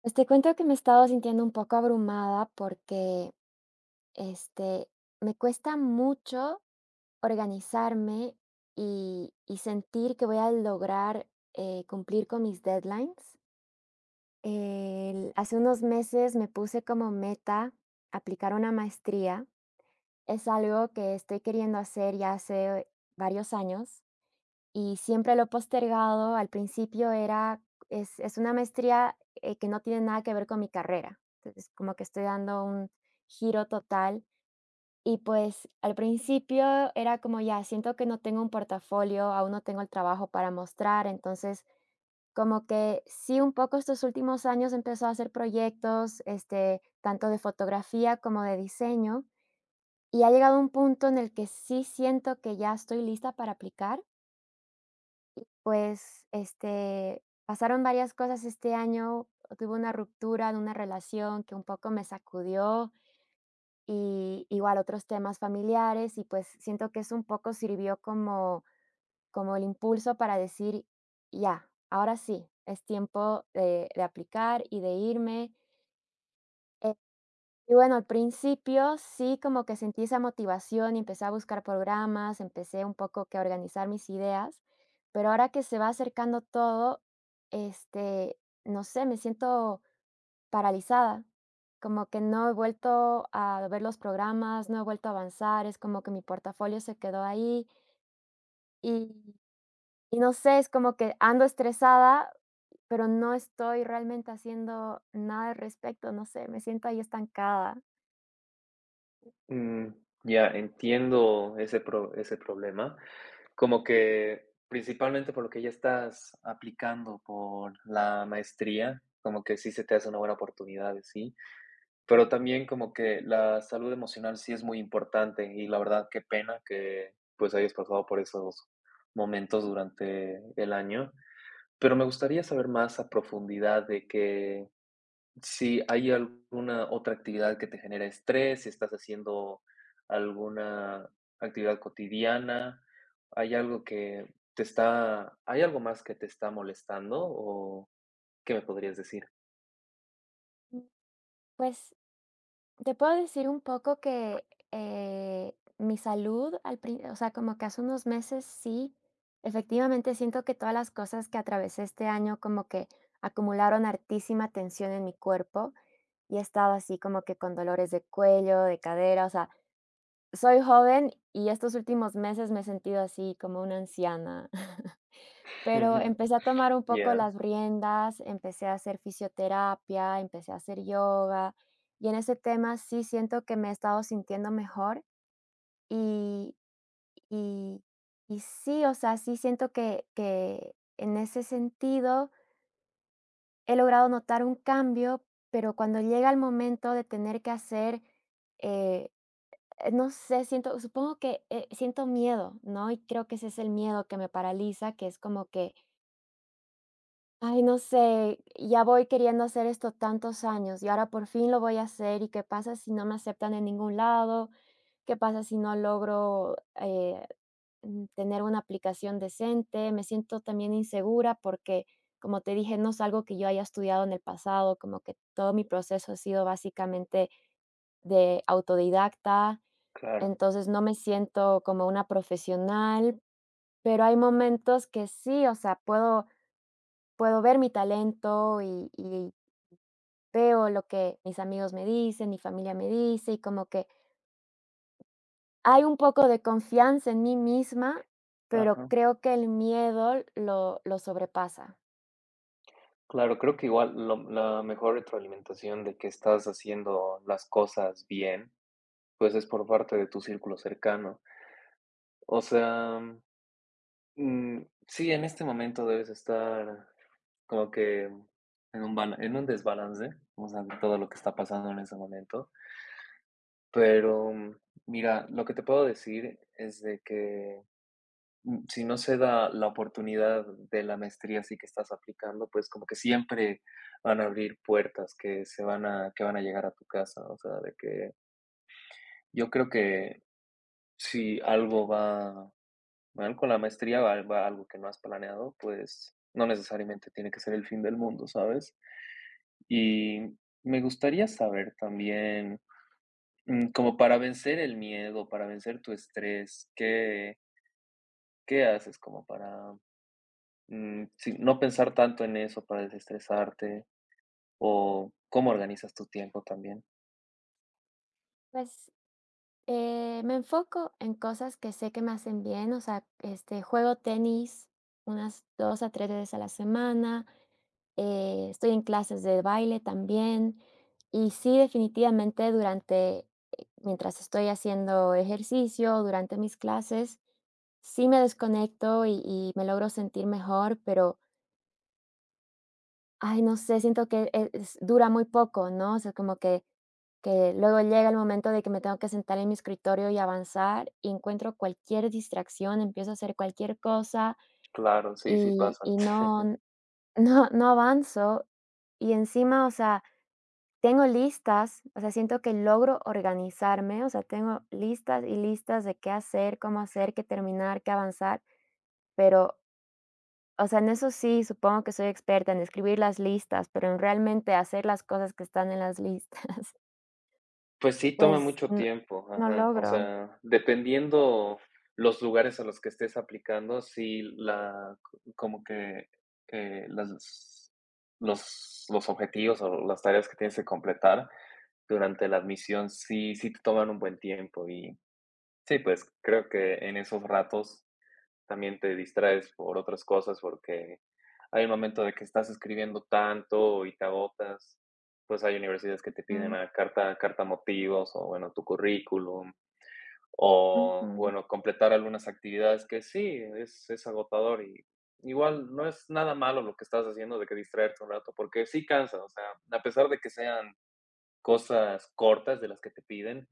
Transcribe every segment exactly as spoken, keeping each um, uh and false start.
Pues te cuento que me he estado sintiendo un poco abrumada porque, este, me cuesta mucho organizarme y, y sentir que voy a lograr eh, cumplir con mis deadlines. El- hace unos meses me puse como meta aplicar una maestría. Es algo que estoy queriendo hacer ya hace varios años y siempre lo he postergado. Al principio era es es una maestría, eh, que no tiene nada que ver con mi carrera. Entonces, como que estoy dando un giro total. Y, pues, al principio era como, ya, siento que no tengo un portafolio, aún no tengo el trabajo para mostrar. Entonces, como que sí, un poco estos últimos años empezó a hacer proyectos, este, tanto de fotografía como de diseño, y ha llegado un punto en el que sí siento que ya estoy lista para aplicar. Pues, este, pasaron varias cosas este año. Tuve una ruptura de una relación que un poco me sacudió y igual otros temas familiares y, pues, siento que eso un poco sirvió como como el impulso para decir: "Ya, ahora sí, es tiempo de de aplicar y de irme". Y bueno, al principio sí como que sentí esa motivación y empecé a buscar programas, empecé un poco que a organizar mis ideas, pero ahora que se va acercando todo, este, no sé, me siento paralizada, como que no he vuelto a ver los programas, no he vuelto a avanzar, es como que mi portafolio se quedó ahí y, y no sé, es como que ando estresada, pero no estoy realmente haciendo nada al respecto, no sé, me siento ahí estancada. Mm, ya, entiendo ese pro ese problema. Como que principalmente por lo que ya estás aplicando por la maestría, como que sí se te hace una buena oportunidad sí, pero también como que la salud emocional sí es muy importante y la verdad qué pena que, pues, hayas pasado por esos momentos durante el año, pero me gustaría saber más a profundidad de que si hay alguna otra actividad que te genera estrés, si estás haciendo alguna actividad cotidiana, hay algo que te está, hay algo más que te está molestando o qué me podrías decir. Pues te puedo decir un poco que, eh, mi salud al prin o sea, como que hace unos meses sí, efectivamente siento que todas las cosas que atravesé este año como que acumularon hartísima tensión en mi cuerpo y he estado así como que con dolores de cuello, de cadera, o sea, soy joven y estos últimos meses me he sentido así como una anciana. Pero empecé a tomar un poco Ya, las riendas, empecé a hacer fisioterapia, empecé a hacer yoga, y en ese tema sí siento que me he estado sintiendo mejor y y y sí, o sea, sí siento que que en ese sentido he logrado notar un cambio, pero cuando llega el momento de tener que hacer, eh, eh, no sé, siento supongo que, eh, siento miedo, ¿no? Y creo que ese es el miedo que me paraliza, que es como que ay, no sé, ya voy queriendo hacer esto tantos años y ahora por fin lo voy a hacer. ¿Y qué pasa si no me aceptan en ningún lado? ¿Qué pasa si no logro eh, mm, tener una aplicación decente? Me siento también insegura porque, como te dije, no es algo que yo haya estudiado en el pasado, como que todo mi proceso ha sido básicamente de autodidacta, claro, entonces no me siento como una profesional, pero hay momentos que sí, o sea, puedo puedo ver mi talento y y veo lo que mis amigos me dicen, mi familia me dice, y como que hay un poco de confianza en mí misma, pero ajá. creo que el miedo lo lo sobrepasa. Claro, creo que igual lo- la mejor retroalimentación de que estás haciendo las cosas bien, pues es por parte de tu círculo cercano. O sea, mm, sí, en este momento debes estar como que en un bala en un desbalance, o sea, de todo lo que está pasando en ese momento. Pero, mm, mira, lo que te puedo decir es de que, mm, si no se da la oportunidad de la maestría así que estás aplicando, pues, como que siempre van a abrir puertas que se van a que van a llegar a tu casa. O sea, de que yo creo que si algo va mal con la maestría, va va algo que no has planeado, pues, no necesariamente tiene que ser el fin del mundo, ¿sabes? Y me gustaría saber también, mm, como para vencer el miedo, para vencer tu estrés, ¿qué qué haces como para, mm, sí, no pensar tanto en eso, para desestresarte? ¿O cómo organizas tu tiempo también? Pues, eh, me enfoco en cosas que sé que me hacen bien, o sea, este, juego tenis unas dos a tres veces a la semana. Eh, estoy en clases de baile también. Y sí, definitivamente durante, eh, mientras estoy haciendo ejercicio, durante mis clases, sí me desconecto y, y me logro sentir mejor, pero, ay, no sé, siento que e- es- dura muy poco, ¿no? O sea, como que, que luego llega el momento de que me tengo que sentar en mi escritorio y avanzar y encuentro cualquier distracción, empiezo a hacer cualquier cosa Claro, sí, sí y, pasa. y no, no, no avanzo. Y encima, o sea, tengo listas, o sea, siento que logro organizarme, o sea, tengo listas y listas de qué hacer, cómo hacer, qué terminar, qué avanzar, pero, o sea, en eso sí, supongo que soy experta en escribir las listas, pero en realmente hacer las cosas que están en las listas, Pues sí, toma pues mucho no tiempo, no ajá, o logro. sea, dependiendo los lugares a los que estés aplicando, sí, la co como que, eh, las los los objetivos o las tareas que tienes que completar durante la admisión sí sí te toman un buen tiempo y sí, pues creo que en esos ratos también te distraes por otras cosas porque hay un momento de que estás escribiendo tanto y te agotas. Pues hay universidades que te piden Ujú, una carta, carta motivos o bueno, tu currículum o ujú. bueno, completar algunas actividades que sí, es, es agotador y igual no es nada malo lo que estás haciendo de que distraerte un rato porque sí cansa, o sea, a pesar de que sean cosas cortas de las que te piden,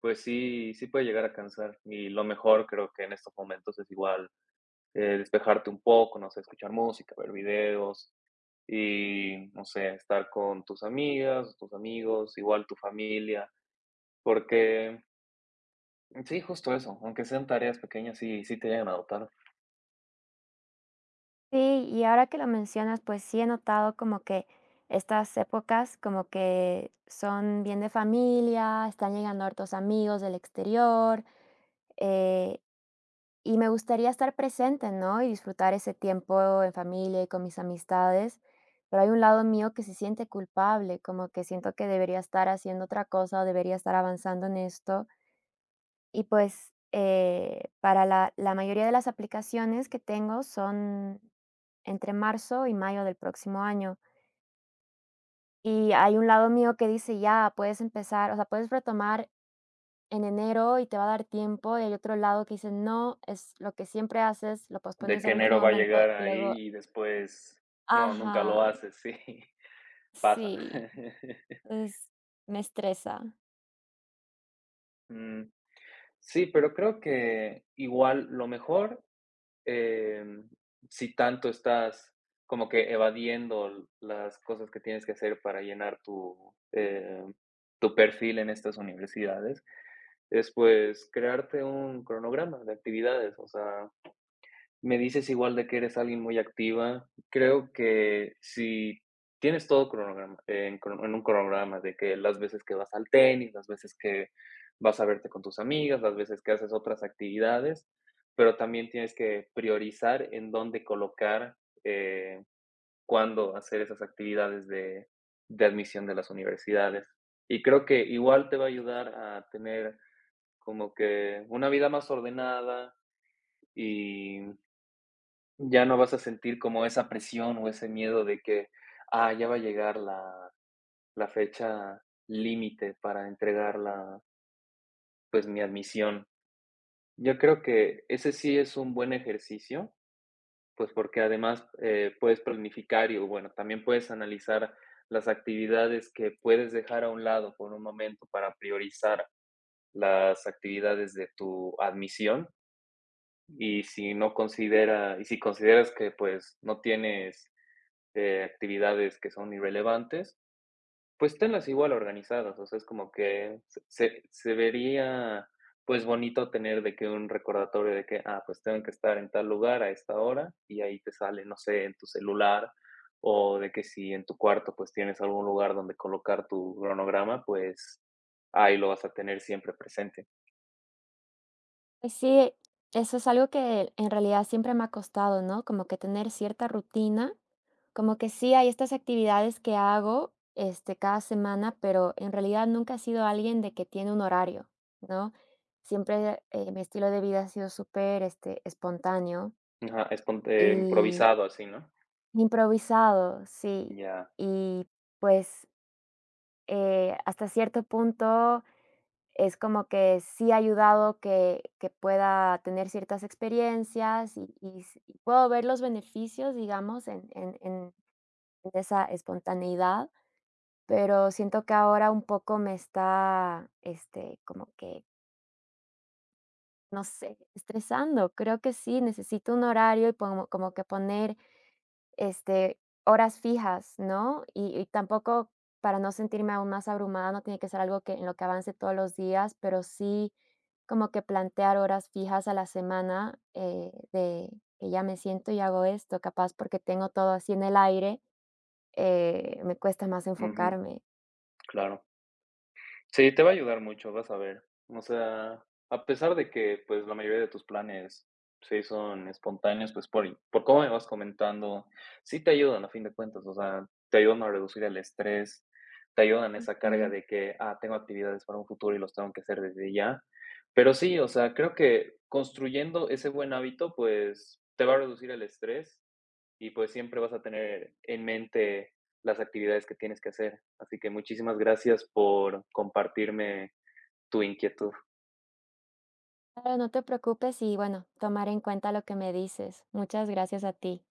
pues sí, sí puede llegar a cansar y lo mejor creo que en estos momentos es igual eh, despejarte un poco, no sé, escuchar música, ver videos y, no sé, estar con tus amigas, tus amigos, igual tu familia, porque sí, justo eso, aunque sean tareas pequeñas, sí, sí te llegan a dotar Sí, y ahora que lo mencionas, pues sí he notado como que estas épocas como que son bien de familia, están llegando hartos amigos del exterior. eh, Y me gustaría estar presente, ¿no? Y disfrutar ese tiempo en familia y con mis amistades, pero hay un lado mío que se siente culpable, como que siento que debería estar haciendo otra cosa o debería estar avanzando en esto. Y pues eh, para la, la mayoría de las aplicaciones que tengo son entre marzo y mayo del próximo año. Y hay un lado mío que dice, ya, puedes empezar, o sea, puedes retomar en enero y te va a dar tiempo, y hay otro lado que dice: "No, es lo que siempre haces, lo de pospones que al último enero va a momento", llegar y luego ahí y después, no, nunca lo ajá, haces, sí, pasa. sí, entonces me estresa. Mm, sí, pero creo que igual lo mejor eh, si tanto estás como que evadiendo las cosas que tienes que hacer para llenar tu, eh, tu perfil en estas universidades, es pues crearte un cronograma de actividades, o sea, me dices igual de que eres alguien muy activa. Creo que si tienes todo cronograma en crono en un cronograma de que las veces que vas al tenis, las veces que vas a verte con tus amigas, las veces que haces otras actividades, pero también tienes que priorizar en dónde colocar, eh, cuándo hacer esas actividades de de admisión de las universidades. Y creo que igual te va a ayudar a tener como que una vida más ordenada y ya no vas a sentir como esa presión o ese miedo de que, ah, ya va a llegar la la fecha límite para entregar la, pues, mi admisión. Yo creo que ese sí es un buen ejercicio, pues, porque además, eh, puedes planificar y, bueno, también puedes analizar las actividades que puedes dejar a un lado por un momento para priorizar las actividades de tu admisión. Y si no considera y si consideras que, pues, no tienes de actividades que son irrelevantes, pues tenlas igual organizadas, o sea, es como que se se se vería, pues, bonito tener de que un recordatorio de que, ah, pues, tengo que estar en tal lugar a esta hora, y ahí te sale, no sé, en tu celular, o de que si en tu cuarto, pues, tienes algún lugar donde colocar tu cronograma, pues, ahí lo vas a tener siempre presente. Pues sí, eso es algo que en realidad siempre me ha costado, ¿no? Como que tener cierta rutina, como que sí hay estas actividades que hago, este, cada semana, pero en realidad nunca he sido alguien de que tiene un horario, ¿no? Siempre, eh, mi estilo de vida ha sido súper, este, espontáneo Ajá, espon eh, y improvisado así, ¿no? improvisado, sí. Ya, Y, pues, eh, hasta cierto punto es como que sí ha ayudado que que pueda tener ciertas experiencias y y s y puedo ver los beneficios, digamos, en en en esa espontaneidad, pero siento que ahora un poco me está, este, como que, no sé, estresando. Creo que sí, necesito un horario y como como que poner este, horas fijas, ¿no? Y y tampoco, para no sentirme aún más abrumada, no tiene que ser algo que en lo que avance todos los días, pero sí como que plantear horas fijas a la semana, eh, de que ya me siento y hago esto, capaz porque tengo todo así en el aire, eh, me cuesta más ujú, enfocarme. claro. Sí, te va a ayudar mucho, vas a ver. O sea, a pesar de que, pues, la mayoría de tus planes sí son espontáneos, pues, por por cómo me vas comentando, sí te ayudan a fin de cuentas, o sea, te ayudan a reducir el estrés, te ayudan esa carga Mm, de que, ah, tengo actividades para un futuro y los tengo que hacer desde ya. Pero sí, o sea, creo que construyendo ese buen hábito, pues, te va a reducir el estrés y pues siempre vas a tener en mente las actividades que tienes que hacer. Así que muchísimas gracias por compartirme tu inquietud. claro, no te preocupes y bueno, tomar en cuenta lo que me dices. Muchas gracias a ti.